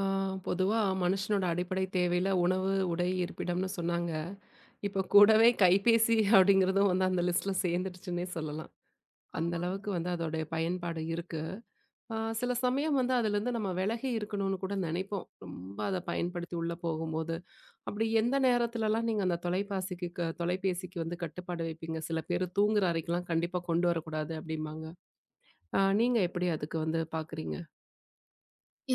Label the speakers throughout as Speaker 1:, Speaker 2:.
Speaker 1: ஆ, பொதுவா மனுஷனோட அடிப்படை தேவையில உணவு, உடை, இருப்பிடம்னு சொன்னாங்க. இப்ப கூடவே கைபேசி அப்படிங்கிறதும் வந்து அந்த லிஸ்ட்ல சேர்ந்துடுச்சுன்னே சொல்லலாம். அந்த
Speaker 2: ஆமாங்க.
Speaker 1: அளவுக்கு வந்து அதோடைய பயன்பாடு இருக்கு. சில சமயம் வந்து அதுலேருந்து நம்ம விலகி இருக்கணும்னு கூட நினைப்போம். ரொம்ப அத பயன்படுத்தி உள்ள போகும்போது. அப்படி எந்த நேரத்துலலாம் நீங்க அந்த தொலைபாசிக்கு க தொலைபேசிக்கு வந்து கட்டுப்பாடு வைப்பீங்க? சில பேரு தூங்குற அறைக்கெல்லாம் கண்டிப்பா கொண்டு வரக்கூடாது அப்படிம்பாங்க. நீங்க எப்படி அதுக்கு வந்து பார்க்குறீங்க?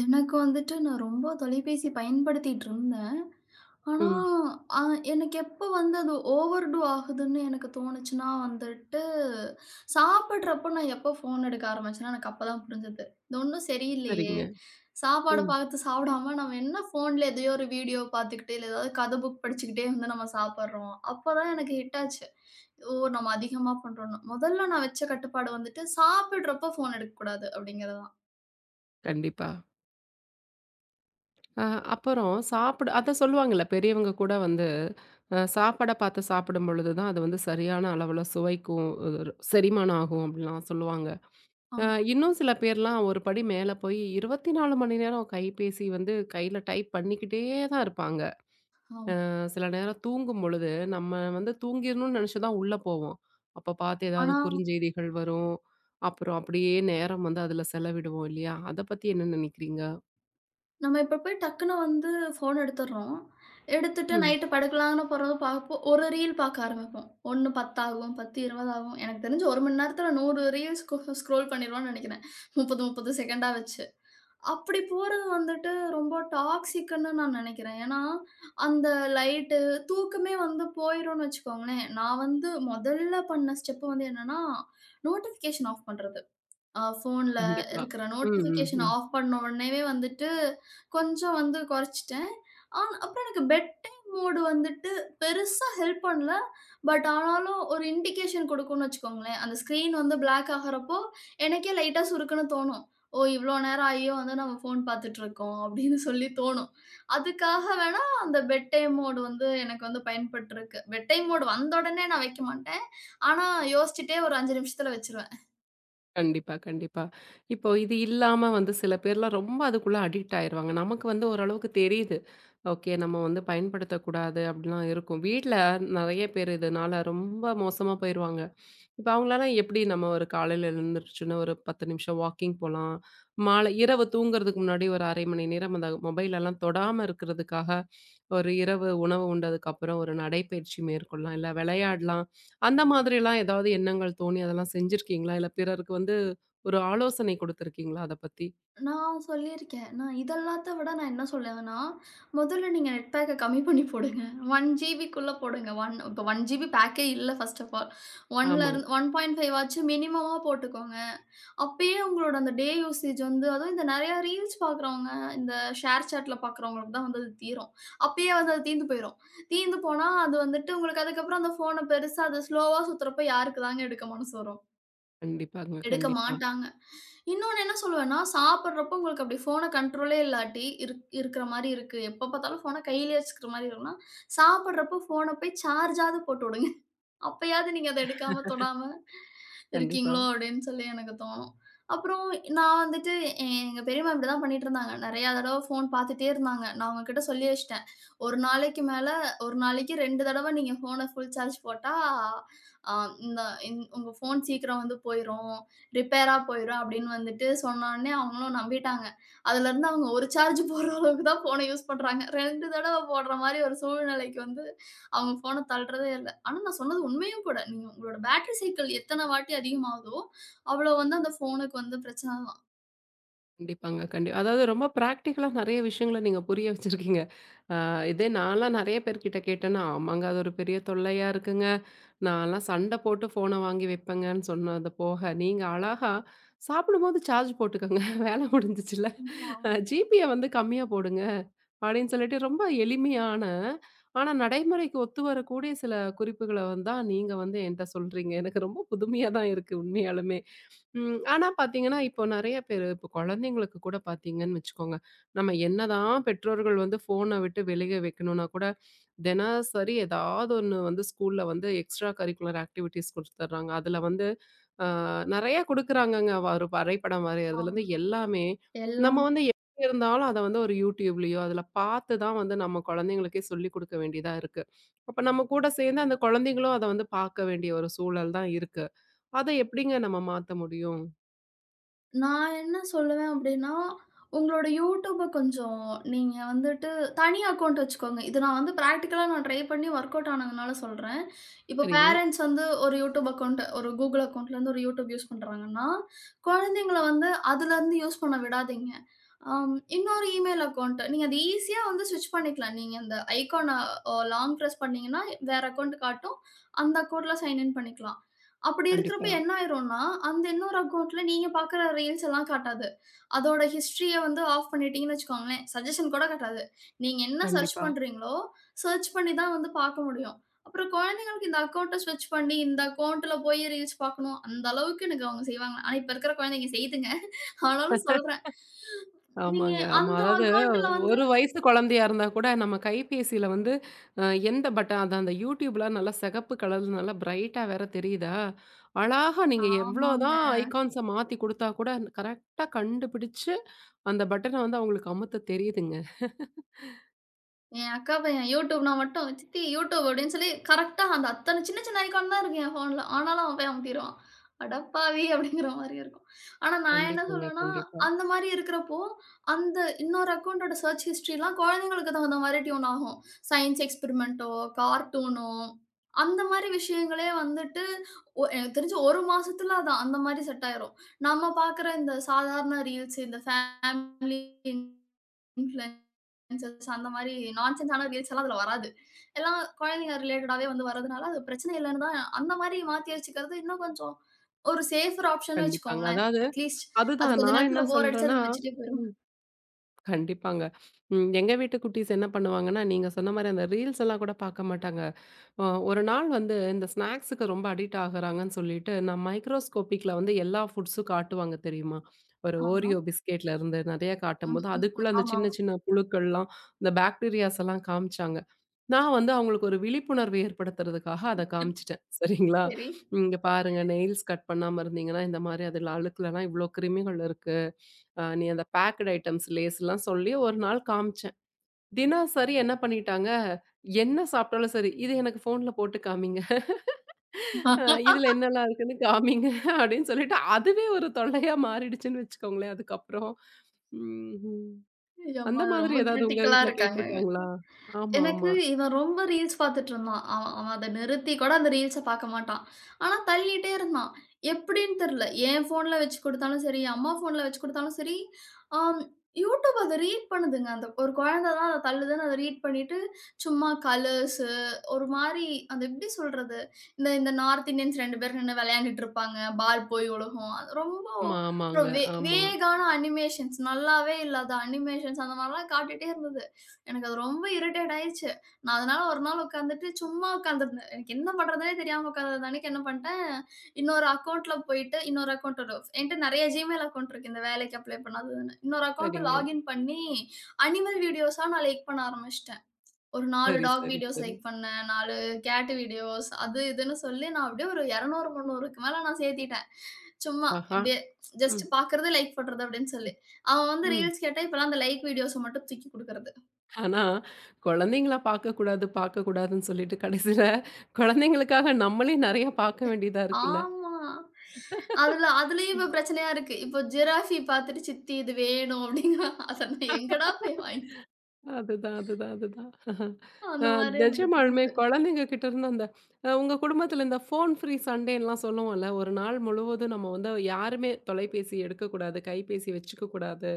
Speaker 2: எனக்கு வந்துட்டு நான் ரொம்ப தொலைபேசி பயன்படுத்திட்டு இருந்தேன். ஆனா,
Speaker 1: ம்.
Speaker 2: அ எனக்கு எப்ப வந்து அது ஓவர்டூ ஆகுதுன்னு எனக்கு தோணுச்சுன்னா வந்துட்டு, சாப்பிடுறப்போ நான் எப்போ ஃபோன் எடுக்க ஆரம்பிச்சேன்னா, எனக்கு அப்பதான் புரிஞ்சது. இது ஒண்ணும் சரியில்லையே!
Speaker 1: சரிங்க.
Speaker 2: சாப்பாடு
Speaker 1: ம்.
Speaker 2: பார்த்து சாப்பிடாம நம்ம என்ன ஃபோன்ல எதையோ ஒரு வீடியோ பார்த்துக்கிட்டு, இல்ல ஏதாவது கதை புக் படிச்சுக்கிட்டே வந்து நம்ம சாப்பிடுறோம். அப்பதான் எனக்கு ஹிட் ஆச்சு. ஓ! நம்ம அதிகமா பண்றோம்ன்னு. முதல்ல நான் வச்ச கட்டுப்பாடு வந்துட்டு, சாப்பிடுறப்போ ஃபோன் எடுக்கக்கூடாது அப்படிங்கிறது தான்.
Speaker 1: கண்டிப்பா. அ அப்புறம் சாப்பிட அதான் சொல்லுவாங்கல்ல, பெரியவங்க கூட வந்து சாப்பாட பார்த்து சாப்பிடும்பொழுது தான் அது வந்து சரியான அளவுல சுவைக்கும், ஒரு செரிமானம் ஆகும் அப்படிலாம் சொல்லுவாங்க. அ
Speaker 2: ஆமா,
Speaker 1: இன்னும் சில பேர்லாம் ஒரு படி மேல போய் 24 மணி நேரம் கைபேசி வந்து கையில டைப் பண்ணிக்கிட்டே தான் இருப்பாங்க.
Speaker 2: ஆமா.
Speaker 1: சில நேரம் தூங்கும்பொழுது நம்ம வந்து தூங்கிரணும்னு நெனச்சு தான் உள்ள போவோம். அப்ப பார்த்து ஏதாவது
Speaker 2: ஆனா
Speaker 1: குறுஞ்செய்திகள் வரும். அப்புறம் அப்படியே நேரம் வந்து அதுல செலவிடுவோம் இல்லையா? அத பத்தி என்ன நினைக்கிறீங்க?
Speaker 2: நம்ம இப்ப போய் டக்குனு வந்து ஃபோன் எடுத்துடுறோம். எடுத்துட்டு
Speaker 1: ம்.
Speaker 2: நைட்டு படுக்கலாம்ன்னு போறத பார்ப்போம். ஒரு ரீல் பார்க்க ஆரம்பிப்போம். 1 10 ஆகும், 10 20 ஆகும். எனக்கு தெரிஞ்சு 1 மணி நேரத்துல 100 ரீல்ஸ் ஸ்கோ ஸ்க்ரோல் பண்ணிருவோம்னு நெனைக்கிறேன். 30 30 செகண்டா வச்சு. அப்படி போறது வந்துட்டு ரொம்ப டாக்ஸிக்குன்னு நான் நெனைக்கிறேன். ஏன்னா, அந்த லைட்டு, தூக்கமே வந்து போயிரும்னு வச்சுக்கோங்களேன். நான் வந்து முதல்ல பண்ண ஸ்டெப் வந்து என்னன்னா, நோட்டிஃபிகேஷன் ஆஃப் பண்றது. ஃபோன்ல
Speaker 1: கண்டிப்பா.
Speaker 2: இருக்கிற
Speaker 1: ம், ம்,
Speaker 2: நோட்டிஃபிகேஷன்
Speaker 1: ம்.
Speaker 2: ஆஃப் பண்ண உடனேவே வந்துட்டு, கொஞ்சம் வந்து குறைச்சுட்டேன். ஆ அப்புறம் எனக்கு பெட் டைம் மோடு வந்துட்டு பெருசா ஹெல்ப் பண்ணல. பட் ஆனாலும் ஒரு இண்டிகேஷன் குடுக்கும்னு வச்சுக்கோங்களேன். அந்த ஸ்க்ரீன் வந்து பிளாக் ஆகுறப்போ, எனக்கே லைட்டா சுருக்குன்னு தோணும். ஓ! இவ்ளோ நேரம் ஆகியும் வந்து நம்ம ஃபோன் பார்த்துட்டுருக்கோம் அப்படின்னு சொல்லி தோணும். அதுக்காக வேணா அந்த பெட் டைம் மோடு வந்து எனக்கு வந்து பயன்பட்டுருக்கு. பெட் டைம் மோடு வந்த உடனே நான் வைக்க மாட்டேன். ஆனா யோசிச்சுட்டே ஒரு 5 நிமிஷத்தில வச்சுருவேன்.
Speaker 1: கண்டிப்பா, கண்டிப்பா. இப்போ இது இல்லாம வந்து சில பேர்லாம் ரொம்ப அதுக்குள்ள அடிக்ட் ஆயிருவாங்க. நமக்கு வந்து ஓரளவுக்கு தெரியுது. ஓகே நம்ம வந்து பயன்படுத்தக்கூடாது அப்படிலாம் இருக்கும். வீட்ல நெறைய பேர் இதனால ரொம்ப மோசமா போயிருவாங்க. இப்ப அவங்களால எப்படி நம்ம ஒரு காலையில எழுந்திரிச்சோன ஒரு 10 நிமிஷம் வாக்கிங் போலாம். மாலை இரவு தூங்குறதுக்கு முன்னாடி ஒரு 1/2 மணி நேரம் அந்த மொபைல் எல்லாம் தொடாம இருக்கிறதுக்காக, ஒரு இரவு உணவு உண்டதுக்கப்புறம் ஒரு நடைப்பயிற்சி மேற்கொள்ளலாம், இல்ல விளையாடலாம். அந்த மாதிரிலாம் ஏதாவது எண்ணங்கள் தோணி அதெல்லாம் செஞ்சிருக்கீங்களா? இல்ல பிறருக்கு வந்து ஒரு ஆலோசனை குடுத்துருக்கீங்களா அத பத்தி?
Speaker 2: நான் சொல்லியிருக்கேன். நான் இது எல்லாத்த விட நான் என்ன சொல்லுவேன்னா, முதல்ல நீங்க நெட் பேக்க கம்மி பண்ணி போடுங்க. 1 ஜிபிக்குள்ள போடுங்க. 1 இப்போ 1 ஜிபி பேக்கே இல்ல ஃபர்ஸ்ட் ஆஃப் ஆல்.
Speaker 1: ஆமா.
Speaker 2: 1லருந்து 1.5 ஆச்சும் மினிமமா போட்டுக்கோங்க. அப்பயே உங்களோட அந்த டே யூசேஜ் வந்து அதுவும் இந்த நெறைய ரீல்ஸ் பார்க்குறவங்க, இந்த ஷேர் சேட்ல பார்க்குறவங்களுக்கு தான் வந்து அது தீரும். அப்பயே வந்து அது தீர்ந்து போயிரும். தீர்ந்து போனா அது வந்துட்டு உங்களுக்கு அதுக்கப்புறம் அந்த ஃபோன பெருசா அது ஸ்லோவா சுத்துறப்ப யாருக்கு தாங்க எடுக்க மனசு வரும்?
Speaker 1: கண்டிப்பாங்க.
Speaker 2: எடுக்க
Speaker 1: கண்டிப்பா,
Speaker 2: மாட்டாங்க. இன்னொன்னு என்ன சொல்லுவேன்னா, சாப்பிடுறப்போ உங்களுக்கு அப்படி ஃபோன கண்ட்ரோலே இல்லாட்டி இருக்கிற மாரி இருக்கு. எப்ப பார்த்தாலும் ஃபோன கையிலேயே வச்சுக்கிற மாரி இருக்குன்னா, சாப்பிடுறப்போ ஃபோன போய் சார்ஜாவது போட்டு விடுங்க. அப்பயாவது நீங்க அத எடுக்காம, தொடாம
Speaker 1: கண்டிப்பா.
Speaker 2: இருக்கீங்களோ! அப்டின்னு சொல்லி எனக்கு தோணும். அப்புறம் நான் வந்துட்டு எங்க பெரியம்மா இப்டிதான் பண்ணிட்டுருந்தாங்க. நெறையா தடவ ஃபோன் பாத்துட்டே இருந்தாங்க. நான் அவங்ககிட்ட சொல்லி வச்சுட்டேன். "1 நாளைக்கு மேல 1 நாளைக்கு 2 தடவ நீங்க ஃபோன ஃபுல் சார்ஜ் போட்டா, அ இந்த இந் உங்க ஃபோன் சீக்கிரம் வந்து போயிரும். ரிப்பேரா போயிரும்" அப்டின்னு வந்துட்டு சொன்னோனே அவங்களும் நம்பிட்டாங்க. அதுலருந்து அவங்க 1 சார்ஜ் போடுற அளவுக்கு தான் ஃபோன யூஸ் பண்றாங்க. 2 தடவ போடுற மாரி ஒரு சூழ்நிலைக்கு வந்து அவங்க ஃபோன தள்றதே இல்ல. ஆனா நான் சொன்னது உண்மையும் கூட. நீங்க உங்களோட பேட்டரி சைக்கிள் எத்தன வாட்டி அதிகமாகுதோ, அவ்வளோ வந்து அந்த ஃபோனுக்கு வந்து பிரச்சனை தான்.
Speaker 1: கண்டிப்பாங்க. அதாவது ரொம்ப பிராக்டிகலா நெறைய விஷயங்கள நீங்க புரிய வச்சிருக்கீங்க. அ இதே நான்லாம் நெறைய பேர்கிட்ட கேட்டேன்னா, ஆமாங்க அது ஒரு பெரிய தொல்லையா இருக்குங்க. நான்லாம் சண்ட போட்டு ஃபோன வாங்கி வைப்பேங்கன்னு சொன்னது போக, நீங்க அழகா சாப்பிடும்போது சார்ஜ் போட்டுக்கங்க. வேல முடிஞ்சுச்சுல்ல.
Speaker 2: ஆமா,
Speaker 1: அ ஜிபிய வந்து கம்மியா போடுங்க. அப்படின்னு சொல்லிட்டு ரொம்ப எளிமையான, ஆனா நடைமுறைக்கு ஒத்து வரக்கூடிய சில குறிப்புகள வந்து தான் நீங்க வந்து என்ட்ட சொல்றீங்க. எனக்கு ரொம்ப புதுமையா தான் இருக்கு உண்மையாலுமே. ம். ஆனா பார்த்தீங்கன்னா, இப்போ நெறைய பேரு இப்போ குழந்தைங்களுக்கு கூட பார்த்தீங்கன்னு வச்சுக்கோங்க, நம்ம என்னதான் பெற்றோர்கள் வந்து ஃபோன விட்டு வெளிய வைக்கணும்னா கூட, தினசரி ஏதாவது ஒண்ணு வந்து ஸ்கூல்ல வந்து எக்ஸ்ட்ரா கரிக்குலர் ஆக்டிவிட்டீஸ் குடுத்துடுறாங்க. அதுல வந்து அ நெறைய குடுக்குறாங்கங்க. ஒரு வரைபடம் வரையிறதுலருந்து
Speaker 2: ஆமா.
Speaker 1: எல்லாமே. நம்ம
Speaker 2: எல்லாம்
Speaker 1: வந்து எங்க இருந்தாலும் அத வந்து ஒரு YouTubeலயோ, அதுல பார்த்து தான் வந்து நம்ம குழந்தைங்களுக்கே சொல்லிக் குடுக்க வேண்டியதா இருக்கு. அப்ப நம்ம கூட சேர்ந்து அந்த குழந்தைங்களும் அத வந்து பார்க்க வேண்டிய ஒரு சூழல் தான் இருக்கு. அத எப்படிங்க நம்ம மாத்த முடியும்?
Speaker 2: நான் என்ன சொல்லுவேன் அப்டின்னா, உங்களோட YouTubeப கொஞ்சம் நீங்க வந்துட்டு தனி அக்கவுண்ட் வச்சுக்கோங்க. இது நான் வந்து பிராக்டிகலா நான் ட்ரை பண்ணி ஒர்க் அவுட் ஆனதுனால சொல்றேன். இப்போ
Speaker 1: சரி.
Speaker 2: பேரண்ட்ஸ் வந்து ஒரு யூடியூப் அக்கவுண்ட் ஒரு கூகுள் அக்கவுண்ட்லேருந்து ஒரு யூடியூப் யூஸ் பண்ணுறாங்கன்னா, குழந்தைங்கள வந்து அதுலருந்து யூஸ் பண்ண விடாதீங்க. இன்னொரு இமெயில் அக்கவுண்ட் நீங்க அது ஈஸியா வந்து ஸ்விட்ச் பண்ணிக்கலாம். நீங்க அந்த ஐகான லாங் பிரஸ் பண்ணீங்கன்னா, வேற அக்கவுண்ட் காட்டும். அந்த அக்கவுண்ட்ல சைன் இன் பண்ணிக்கலாம். அப்படி இருக்கிறப்ப
Speaker 1: கண்டிப்பா,
Speaker 2: என்ன ஆயிரும்னா, அந்த இன்னொரு அக்கவுண்ட்ல நீங்க பார்க்குற ரீல்ஸ் எல்லாம் காட்டாது. அதோட ஹிஸ்டரிய வந்து ஆஃப் பண்ணிட்டீங்கன்னு வச்சுக்கோங்களேன், சஜஷன் கூட காட்டாது. நீங்க என்ன சர்ச்
Speaker 1: கண்டிப்பா.
Speaker 2: பண்றீங்களோ, சர்ச் பண்ணி தான் வந்து பார்க்க முடியும். அப்புறம் குழந்தைங்க இந்த அக்கவுண்ட்ட ஸ்விட்ச் பண்ணி, இந்த அக்கவுண்ட்ல போய் ரீல்ஸ் பார்க்கணும். அந்த அளவுக்கு எனக்கு அவங்க செய்வாங்க. ஆனா, இப்ப இருக்கிற குழந்தைங்க செய்யுதுங்க. ஆனாலும் சொல்றேன். நீங்க
Speaker 1: ஆமாங்க. ஆமா.
Speaker 2: அந்த
Speaker 1: அதாவது
Speaker 2: அக்கவுண்ட்ல வந்து
Speaker 1: ஒரு வயசு குழந்தையா இருந்தா கூட நம்ம கைபேசியில வந்து அ எந்த பட்டன் அது அந்த YouTubeலாம் நல்லா சிகப்பு கலர்ல நல்லா பிரைட்டா வேற தெரியுதா? அழகா நீங்க
Speaker 2: ஆமாங்க.
Speaker 1: எவ்வளோதான் ஐகான்ஸ மாத்தி குடுத்தா கூட கரெக்ட்டா கண்டுபிடிச்சு அந்த பட்டன வந்து அவங்களுக்கு அமுத்த தெரியுதுங்க.
Speaker 2: என் அக்காவ என் யூடியூப்னா மட்டும், "சித்தி யூடியூப்" அப்படின்னு சொல்லி கரெக்ட்டா அந்த அத்தன சின்ன சின்ன ஐகான் தான் இருக்கு என் ஃபோன்ல. ஆனாலும் அவன் போய் அமுத்திருவான். "அடப்பாவி!" அப்படிங்கிற மாரி இருக்கும். ஆனா நான் என்ன
Speaker 1: கண்டிப்பாங்க,
Speaker 2: சொல்லுவேன்னா,
Speaker 1: கண்டிப்பா,
Speaker 2: அந்த மாரி இருக்கிறப்போ, அந்த இன்னொரு அக்கவுண்டோட சர்ச் ஹிஸ்டரிலாம் குழந்தைங்களுக்கு தகுந்த மாரி டியூன் ஆகும். சயின்ஸ் எக்ஸ்பெரிமெண்ட்டோ, கார்ட்டூனோ, அந்த மாரி விஷயங்களே வந்துட்டு எனக்கு தெரிஞ்சு 1 மாசத்துல அது அந்த மாரி செட் ஆயிரும். நம்ம பார்க்குற இந்த சாதாரண ரீல்ஸ், இந்த ஃபேமிலி இன்ஃப்ளூயன் சென்சஸ் அந்த மாரி நான்சென்ஸான ரீல்ஸ் எல்லாம் அதுல வராது. எல்லாம் குழந்தைங்க ரிலேட்டடாவே வந்து வரதுனால, அது பிரச்சனை இல்லன்னு தான் அந்த மாரி மாத்தி வச்சுக்கிறது இன்னும் கொஞ்சம் ஒரு சேஃபர் ஆப்ஷன்னு
Speaker 1: கண்டிப்பாங்க.
Speaker 2: வச்சுக்கோங்களேன்.
Speaker 1: அதாவது
Speaker 2: அட்லீஸ்ட் அது
Speaker 1: அதுதான்
Speaker 2: கொஞ்ச
Speaker 1: நான் என்ன
Speaker 2: நேரத்துல போர் அடிச்சு
Speaker 1: சொல்றேன்னா
Speaker 2: அதுங்க வச்சுட்டே போயிரும்.
Speaker 1: ம். கண்டிப்பாங்க. ம் எங்க வீட்டு குட்டீஸ் என்ன பண்ணுவாங்கன்னா, நீங்க சொன்ன மாரி அந்த ரீல்ஸ் எல்லாம் கூட பார்க்க மாட்டாங்க. ஒரு நாள் வந்து இந்த ஸ்நாக்ஸுக்கு ரொம்ப அடிக்ட் ஆகுறாங்கன்னு சொல்லிட்டு, நான் மைக்ரோஸ்கோபிக்ல வந்து எல்லா ஃபுட்ஸும் காட்டுவாங்க தெரியுமா? ஒரு
Speaker 2: ஆமா.
Speaker 1: ஓரியோ பிஸ்கட்ல இருந்து நெறைய
Speaker 2: ம்,
Speaker 1: காட்டும்போது,
Speaker 2: ம், ம்.
Speaker 1: அதுக்குள்ள அந்த
Speaker 2: ஆமாமா.
Speaker 1: சின்ன சின்ன புழுக்கள்லாம், இந்த பாக்டீரியாஸ் எல்லாம் காமிச்சாங்க. நான் வந்து அவங்களுக்கு ஒரு விழிப்புணர்வு ஏற்படுத்துறதுக்காக அத காமிச்சுட்டேன். சரிங்களா?
Speaker 2: சரி.
Speaker 1: "இங்க பாருங்க நெயில்ஸ் கட் பண்ணாம இருந்தீங்கன்னா, இந்த மாரி அதுல அழுக்குலலாம் இவ்ளோ கிருமிகள் இருக்கு. நீ அந்த பேக்டு ஐட்டம்ஸ் லேஸ்லாம்" சொல்லி ஒரு நாள் காமிச்சேன். தினசரி என்ன பண்ணிட்டாங்க, என்ன சாப்பிட்டாலும் சரி, "இது எனக்கு ஃபோன்ல போட்டு காமிங்க." இதுல என்னலாம் இருக்குன்னு காமிங்க அப்படின்னு சொல்லிட்டு, அதுவே ஒரு தொல்லையா மாறிடுச்சுன்னு வச்சுக்கோங்களேன் அதுக்கப்புறம். ம்ஹ்ம்.
Speaker 2: ஐயோ!
Speaker 1: அந்த
Speaker 2: அம்மா
Speaker 1: மாதிரி
Speaker 2: ரொம்ப
Speaker 1: ஏதாவது உங்க
Speaker 2: கிரிட்டிக்கலா
Speaker 1: வீட்ல
Speaker 2: இருக்காங்க.
Speaker 1: கேட்டுருக்காங்களா? ஆமா,
Speaker 2: எனக்கு
Speaker 1: ஆமா.
Speaker 2: இவன் ரொம்ப ரீல்ஸ் பார்த்துட்டு இருந்தான். அவன் அவன் அத நிறுத்தி கூட அந்த ரீல்ஸ பார்க்க மாட்டான். ஆனா தள்ளிட்டே இருந்தான். எப்படின்னு தெரியல. என் ஃபோன்ல வச்சு குடுத்தாலும் சரி, அம்மா ஃபோன்ல வச்சு குடுத்தாலும் சரி, ஆம் யூடியூப் அத ரீட் பண்ணுதுங்க. அந்த ஒரு குழந்த தான் அத தள்ளுதுன்னு அத ரீட் பண்ணிட்டு, சும்மா கலர்ஸு ஒரு மாரி அது எப்படி சொல்றது? இந்த இந்த நார்த் இந்தியன்ஸ் 2 பேர் நின்னு விளையாண்டுட்டு இருப்பாங்க. பால் போய் விழுகும். அது ரொம்ப
Speaker 1: ஆமா, ஆமாங்க.
Speaker 2: அப்புறம்
Speaker 1: ஆமா.
Speaker 2: வேகான அனிமேஷன்ஸ் நல்லாவே இல்லாத அனிமேஷன்ஸ் அந்த மாரிலாம் காட்டிட்டே இருந்தது. எனக்கு அது ரொம்ப இரிட்டேட் ஆயிருச்சு. நான் அதனால ஒரு நாள் உட்காந்துட்டு சும்மா உட்காந்துருந்தேன். எனக்கு என்ன பண்றதுன்னே தெரியாம உட்காந்தது அன்னைக்கு என்ன பண்ணிட்டேன், இன்னொரு அக்கவுண்ட்ல போயிட்டு இன்னொரு அக்கவுண்ட் என்ட்ட நெறைய Gmail அக்கவுண்ட் இருக்கு இந்த வேலைக்கு அப்ளை பண்ணாததுன்னு. இன்னொரு அக்கவுண்ட்
Speaker 1: சரிங்க.
Speaker 2: லாகின் பண்ணி அனிமல் வீடியோஸா நான் லைக் பண்ண ஆரம்பிச்சுட்டேன். ஒரு 4
Speaker 1: சரி,
Speaker 2: டாக்
Speaker 1: சரி,
Speaker 2: வீடியோஸ்
Speaker 1: சரி.
Speaker 2: லைக் பண்ணேன், 4 கேட் வீடியோஸ் அது இதுன்னு சொல்லி நான் அப்படியே ஒரு 200, 300க்கு மேல நான் சேர்த்திட்டேன். சும்மா
Speaker 1: ஆஹா.
Speaker 2: இப்படியே ஜஸ்ட்
Speaker 1: ம்,
Speaker 2: பார்க்கறது, லைக் பண்றது அப்படின்னு சொல்லி. அவன் வந்து
Speaker 1: ம்.
Speaker 2: ரீல்ஸ் கேட்டா இப்பலாம் அந்த லைக் வீடியோஸ மட்டும் தூக்கி குடுக்குறது.
Speaker 1: ஆனா, குழந்தைங்கள பார்க்கக்கூடாது, பார்க்கக்கூடாதுன்னு சொல்லிட்டு கடைசியில குழந்தைங்களுக்காக நம்மளே நெறைய பார்க்க வேண்டியதா இருக்குல்ல.
Speaker 2: ஆமா. அதுலயும் இப்ப பிரச்சனையா இருக்கு. இப்போ ஜிராஃபி பாத்துட்டு, "சித்தி இது வேணும்" அப்படிங்கறா. அத நான் எங்கடா போய் வாங்கித் தர்றது?
Speaker 1: அதுதான், அதுதான், அதுதான். அ
Speaker 2: அந்த மாரி எனக்கு
Speaker 1: நிஜமாலுமே
Speaker 2: தோணுது.
Speaker 1: குழந்தைங்க கிட்ட இருந்து அந்த உங்க குடும்பத்தில இந்த ஃபோன் ஃப்ரீ சண்டேன்லாம் சொல்லுவோம்ல, ஒரு நாள் முழுவதும் நம்ம வந்து யாருமே தொலைபேசி எடுக்கக்கூடாது, கைபேசி வச்சுக்கக்கூடாது.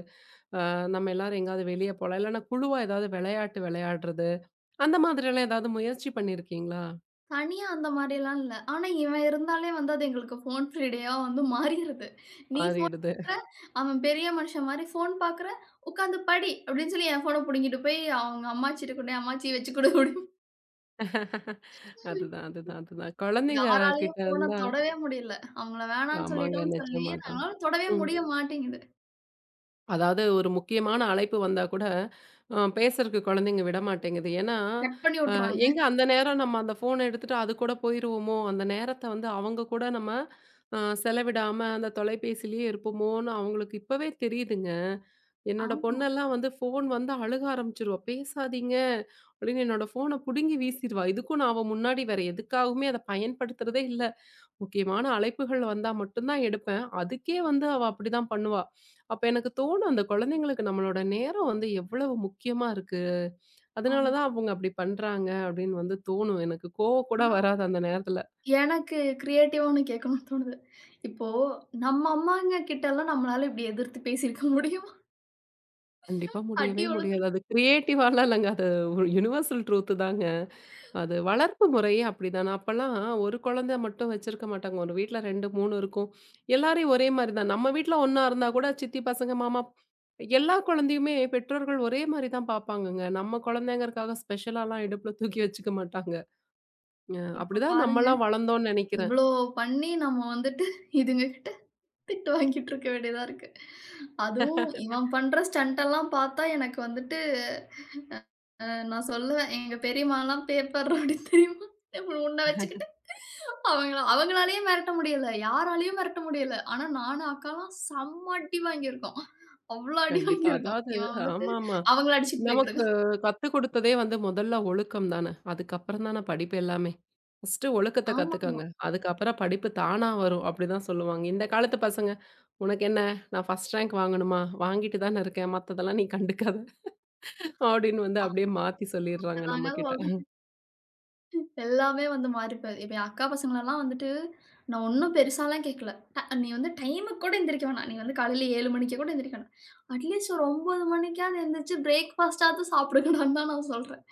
Speaker 1: அ நம்ம எல்லாரும் எங்கேயாவது வெளிய போலாம். இல்லன்னா குழுவா ஏதாவது விளையாட்டு விளையாடுறது, அந்த மாதிரிலாம் ஏதாவது முயற்சி பண்ணியிருக்கீங்களா?
Speaker 2: தனியா அந்த மாரிலாம் இல்ல. ஆனா இவன் இருந்தாலே வந்து அது எங்களுக்கு ஃபோன் ஃப்ரீ டேயா வந்து மாறிருது. "நீ ஃபோன்
Speaker 1: மாறிடுது.
Speaker 2: பாக்குற, அவன் பெரிய மனுஷன் மாரி ஃபோன் பாக்குற, உட்கார்ந்து படி" அப்படின்னு சொல்லி என் ஃபோன புடுங்கிட்டு போய் அவங்க அம்மாச்சிட்ட கொண்டு போய், "அம்மாச்சி வச்சு குடு" அப்படின்னு.
Speaker 1: அதுதான், அதுதான், அதுதான். குழந்தைங்க
Speaker 2: யாராலயும்
Speaker 1: கிட்ட
Speaker 2: ஃபோன
Speaker 1: இருந்தா
Speaker 2: தொடவே முடியல. அவங்கள வேணாம்னு
Speaker 1: ஆமாங்க
Speaker 2: சொல்லிட்டோம்னு சொல்லி,
Speaker 1: நிஜமா தான்.
Speaker 2: அவங்களால தொடவே
Speaker 1: ம்.
Speaker 2: முடிய மாட்டேங்குது.
Speaker 1: அதாவது ஒரு முக்கியமான அழைப்பு வந்தா கூட, பேசுறக்கு குழந்தைங்க விடமாட்டேங்குது. ஏன்னா,
Speaker 2: கட் பண்ணி
Speaker 1: அ
Speaker 2: வுட்டுறாங்க.
Speaker 1: எங்க அந்த நேரம் நம்ம அந்த ஃபோன எடுத்துட்டு அது கூட போயிருவோமோ? அந்த நேரத்த வந்து அவங்க கூட நம்ம செலவிடாம அந்த தொலைபேசியிலேயே இருப்போமோன்னு அவங்களுக்கு இப்பவே தெரியுதுங்க. என்னோட
Speaker 2: ஆமா.
Speaker 1: பொண்ணெல்லாம் வந்து ஃபோன் வந்தா அழுக ஆரம்பிச்சுருவா. "பேசாதீங்க" அப்படின்னு என்னோட ஃபோன புடுங்கி வீசிருவா. இதுக்கும் நான் அவ முன்னாடி வேற எதுக்காகவுமே அத பயன்படுத்துறதே இல்ல. முக்கியமான அழைப்புகள் வந்தா மட்டும் தான் எடுப்பேன். அதுக்கே வந்து அவ அப்படிதான் பண்ணுவா. அப்ப எனக்கு தோணும் அந்த குழந்தைங்களுக்கு நம்மளோட நேரம் வந்து எவ்வளவு முக்கியமா இருக்கு. அதனால
Speaker 2: ஆமா.
Speaker 1: தான் அவங்க அப்படி பண்றாங்க அப்படின்னு வந்து தோணும். எனக்கு கோவம் கூட
Speaker 2: ஆனா,
Speaker 1: வராது அந்த நேரத்துல.
Speaker 2: எனக்கு கிரியேட்டிவா ஒண்ணு கேட்கணும்னு தோணுது. இப்போ நம்ம அம்மாங்க கிட்டலாம் நம்மளால இப்டி எதிர்த்து பேசியிருக்க முடியுமா?
Speaker 1: கண்டிப்பா
Speaker 2: அடி
Speaker 1: முடியவே முடியாது. அது
Speaker 2: உழுந்திருக்கும்.
Speaker 1: கிரியேட்டிவாலாம் இல்லங்க. அது ஒரு யுனிவர்சல் ட்ரூத் தாங்க. அது வளர்ப்பு முறையே அப்படிதானே. அப்பலாம் ஒரு குழந்தை மட்டும் வச்சிருக்க மாட்டாங்க. ஒரு வீட்ல 2, 3 இருக்கும். எல்லாரையும் ஒரே மாரி தான். நம்ம வீட்ல ஒண்ணா இருந்தா கூட சித்தி பசங்க, மாமா எல்லா குழந்தையுமே பெற்றோர்கள் ஒரே மாரி தான் பார்ப்பாங்கங்க. நம்ம குழந்தைங்கிறதுக்காக ஸ்பெஷலாலாம் இடுப்புல தூக்கி வச்சுக்க மாட்டாங்க.
Speaker 2: இப்ப
Speaker 1: அப்படிதான்
Speaker 2: பாருங்க,
Speaker 1: நம்மலாம் வளர்ந்தோம்னு நெனைக்கிறேன்.
Speaker 2: இவ்ளோ பண்ணி நம்ம வந்துட்டு இதுங்க கிட்ட திட்டு வாங்கிட்டு இருக்க வேண்டியதா இருக்கு. அதுவும் இவன் பண்ற ஸ்டண்ட் எல்லாம் பார்த்தா எனக்கு வந்துட்டு நான் சொல்லுவேன். எங்க பெரியம்மாலாம் பேப்பர் ரோடு தெரியுமா? உன்ன வச்சுக்கிட்டு அவங்கள அவங்களாலயே மிரட்ட முடியல. யாராலயும் மிரட்ட முடியல. ஆனா நானும் அக்காலாம் செம்ம அடி வாங்கியிருக்கோம். அவ்ளோ அடி
Speaker 1: கண்டிப்பா.
Speaker 2: வாங்கியிருக்கோம்.
Speaker 1: அதாவது
Speaker 2: இவன் வந்துட்டு
Speaker 1: ஆமாமா.
Speaker 2: அவங்கள அடிச்சுட்டு போயிட்டு
Speaker 1: நமக்கு
Speaker 2: இருக்கான்.
Speaker 1: கத்துக் குடுத்ததே வந்து முதல்ல ஒழுக்கம் தானே. அதுக்கப்புறம் தானே படிப்பு எல்லாமே. ஃபர்ஸ்ட்டு ஒழுக்கத்த கத்துக்கங்க.
Speaker 2: ஆமாமா.
Speaker 1: அதுக்கப்புறம் படிப்பு தானா வரும். அப்படிதான் சொல்லுவாங்க. இந்த காலத்து பசங்க "உனக்கு என்ன? நான் ஃபர்ஸ்ட் ரேங்க் வாங்கணுமா? வாங்கிட்டு தான இருக்கேன். மத்ததெல்லாம் நீ கண்டுக்காத" அப்படின்னு வந்து அப்படியே மாத்தி சொல்லிடுறாங்க
Speaker 2: அதாங்க
Speaker 1: நம்மகிட்ட.
Speaker 2: சொல்றேன். எல்லாமே வந்து மாறி போயிது. இப்ப என் அக்கா பசங்களலாம் வந்துட்டு, நான் ஒண்ணும் பெருசாலாம் கேட்கல. ட நீ வந்து டைமுக்கு கூட எந்திரிக்க வேணாம். நீ வந்து காலையில 7 மணிக்கு கூட எந்திரிக்க வேணாம். அட்லீஸ்ட் ஒரு 9 மணிக்காவது எந்திரிச்சு பிரேக்ஃபாஸ்ட்டாவது சாப்பிடுங்கடான்னு தான் நான் சொல்றேன்.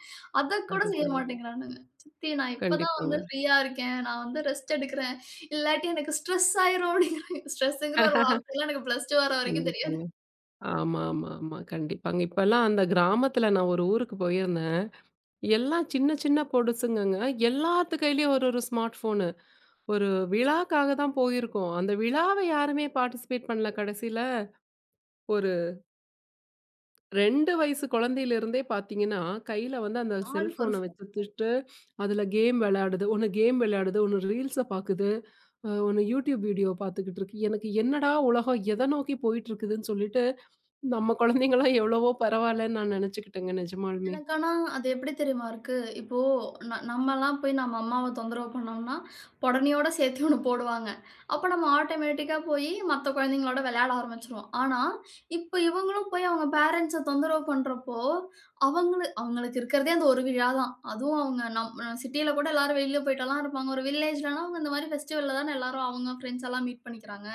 Speaker 2: அதக்கூட
Speaker 1: அதுதான்
Speaker 2: செய்ய
Speaker 1: அது.
Speaker 2: மாட்டேங்கிறானுங்க. சித்தி நான் இப்ப தான்
Speaker 1: கண்டிப்பாங்க.
Speaker 2: வந்து ஃப்ரீயா இருக்கேன். நான் வந்து ரெஸ்ட் எடுக்கிறேன். இல்லாட்டி எனக்கு ஸ்ட்ரெஸ் ஆயிரும் அப்படிங்கிறாங்க. ஸ்ட்ரெஸ்ஸுங்கிற ஒரு வார்த்தைலாம் எனக்கு பிளஸ் 2 வர வரைக்கும் தெரியாது.
Speaker 1: கண்டிப்பாங்க. ஆமா, ஆமா, ஆமா. கண்டிப்பாங்க. இப்பலாம் அந்த கிராமத்துல நான் ஒரு ஊருக்கு போயிருந்தேன். எல்லாம் சின்ன சின்ன பொடுசுங்கங்க. எல்லாத்து கையிலயும் ஒரு ஒரு ஸ்மார்ட் ஃபோனு. ஒரு விழாக்காக தான் போயிருக்கோம். அந்த விழாவ யாருமே பார்ட்டிசிபேட் பண்ணல கடைசியில. ஒரு 2 வயசு குழந்தையிலிருந்தே பார்த்தீங்கன்னா, கையில வந்து அந்த
Speaker 2: ஆளுக்கு ஒரு
Speaker 1: செல்ஃபோன
Speaker 2: ஃபோ
Speaker 1: வச்சுட்டு, அதுல கேம் விளையாடுது. ஒண்ணு கேம் விளையாடுது, ஒண்ணு ரீல்ஸ பாக்குது, ஒண்ணு YouTube வீடியோ பாத்துக்கிட்டு இருக்கு. எனக்கு என்னடா உலகம் எத நோக்கி போயிட்டு இருக்குதுன்னு சொல்லிட்டு, நம்ம குழந்தைங்கலாம் எவ்வளவோ பரவாயில்லன்னு நான் நெனச்சுக்கிட்டேங்க நிஜமாலுமே.
Speaker 2: எனக்கு ஆனா அது எப்படி தெரியுமா இருக்கு? இப்போ ந நம்மலாம் போய் நம்ம அம்மாவ தொந்தரவு பண்ணோம்னா, பொடனியோட சேர்த்து ஒண்ணு போடுவாங்க. அப்ப நம்ம ஆட்டோமேட்டிக்கா போயி மத்த குழந்தைங்களோட விளையாட ஆரம்பிச்சுருவோம். ஆனா, இப்ப இவங்களும் போய் அவங்க பேரண்ட்ஸ தொந்தரவு பண்றப்போ, அவங்களு அவங்களுக்கு இருக்கிறதே அந்த ஒரு விழா தான். அதுவும் அவங்க நம் சிட்டில கூட எல்லாரும் வெளில போயிட்டெல்லாம் இருப்பாங்க. ஒரு வில்லேஜ்லனா அவங்க இந்த மாரி ஃபெஸ்டிவல்ல தானே எல்லாரும் அவங்க ஃப்ரெண்ட்ஸ் எல்லாம் மீட் பண்ணிக்கிறாங்க.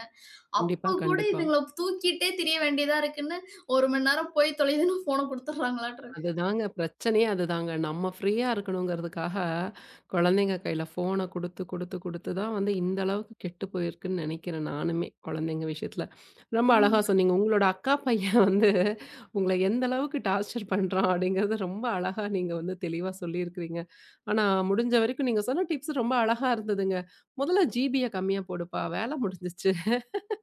Speaker 1: கண்டிப்பா,
Speaker 2: அப்ப கூட
Speaker 1: கண்டிப்பா.
Speaker 2: இதுங்கள தூக்கிட்டே திரிய வேண்டியதா இருக்குன்னு, 1 மணி நேரம் போய் தொலையுதுன்னு ஃபோன குடுத்துடுறாங்களாட்டு இருக்கு.
Speaker 1: அதுதாங்க பிரச்சனையே அதுதாங்க. நம்ம ஃப்ரீயா இருக்கணுங்கிறதுக்காக, குழந்தைங்க கையில ஃபோன குடுத்து தான் வந்து இந்த அளவுக்கு கெட்டு போயிருக்குன்னு நெனைக்கிறேன் நானுமே, குழந்தைங்க விஷயத்துல. ரொம்ப அழகா
Speaker 2: ஆமாங்க.
Speaker 1: சொன்னீங்க. உங்களோட அக்கா பையன் வந்து உங்கள எந்த அளவுக்கு டார்ச்சர் பண்றான் அப்படிங்கிறத ரொம்ப அழகா நீங்க வந்து தெளிவா சொல்லியிருக்கிறீங்க. ஆனா, முடிஞ்ச வரைக்கும் நீங்க சொன்ன டிப்ஸ் ரொம்ப அழகா இருந்ததுங்க. "முதல்ல ஜிபிய கம்மியா போடுப்பா, வேல முடிஞ்சிச்சு."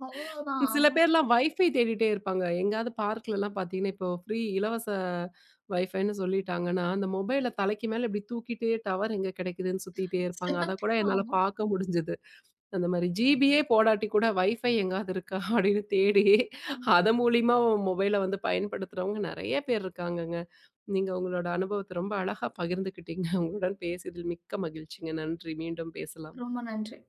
Speaker 2: அவ்வளோதான்.
Speaker 1: சில பேர்லாம் வைஃபை தேடிட்டே இருப்பாங்க. எங்கேயாவது பார்க்லலாம் பார்த்தீங்கன்னா, இப்போ ஃப்ரீ இலவச வைஃபைன்னு சொல்லிட்டாங்கன்னா, அந்த மொபைல தலைக்கு மேல இப்டி தூக்கிட்டே டவர் எங்க கிடைக்குதுன்னு சுத்திட்டே இருப்பாங்க. அத கூட என்னால
Speaker 2: ஆமா.
Speaker 1: பார்க்க முடிஞ்சது. அந்த மாரி ஜிபியே போடாட்டி கூட வைஃபை எங்காவது இருக்கா அப்டின்னு தேடி,
Speaker 2: ஆமா.
Speaker 1: அத மூலியமா மொபைல வந்து பயன்படுத்துறவங்க நெறைய பேர் இருக்காங்கங்க. நீங்க உங்களோட அனுபவத்த ரொம்ப அழகா பகிர்ந்துக்கிட்டீங்க. உங்களுடன் பேசியதில் மிக்க மகிழ்ச்சிங்க. நன்றி. மீண்டும் பேசலாம்.
Speaker 2: ரொம்ப நன்றி.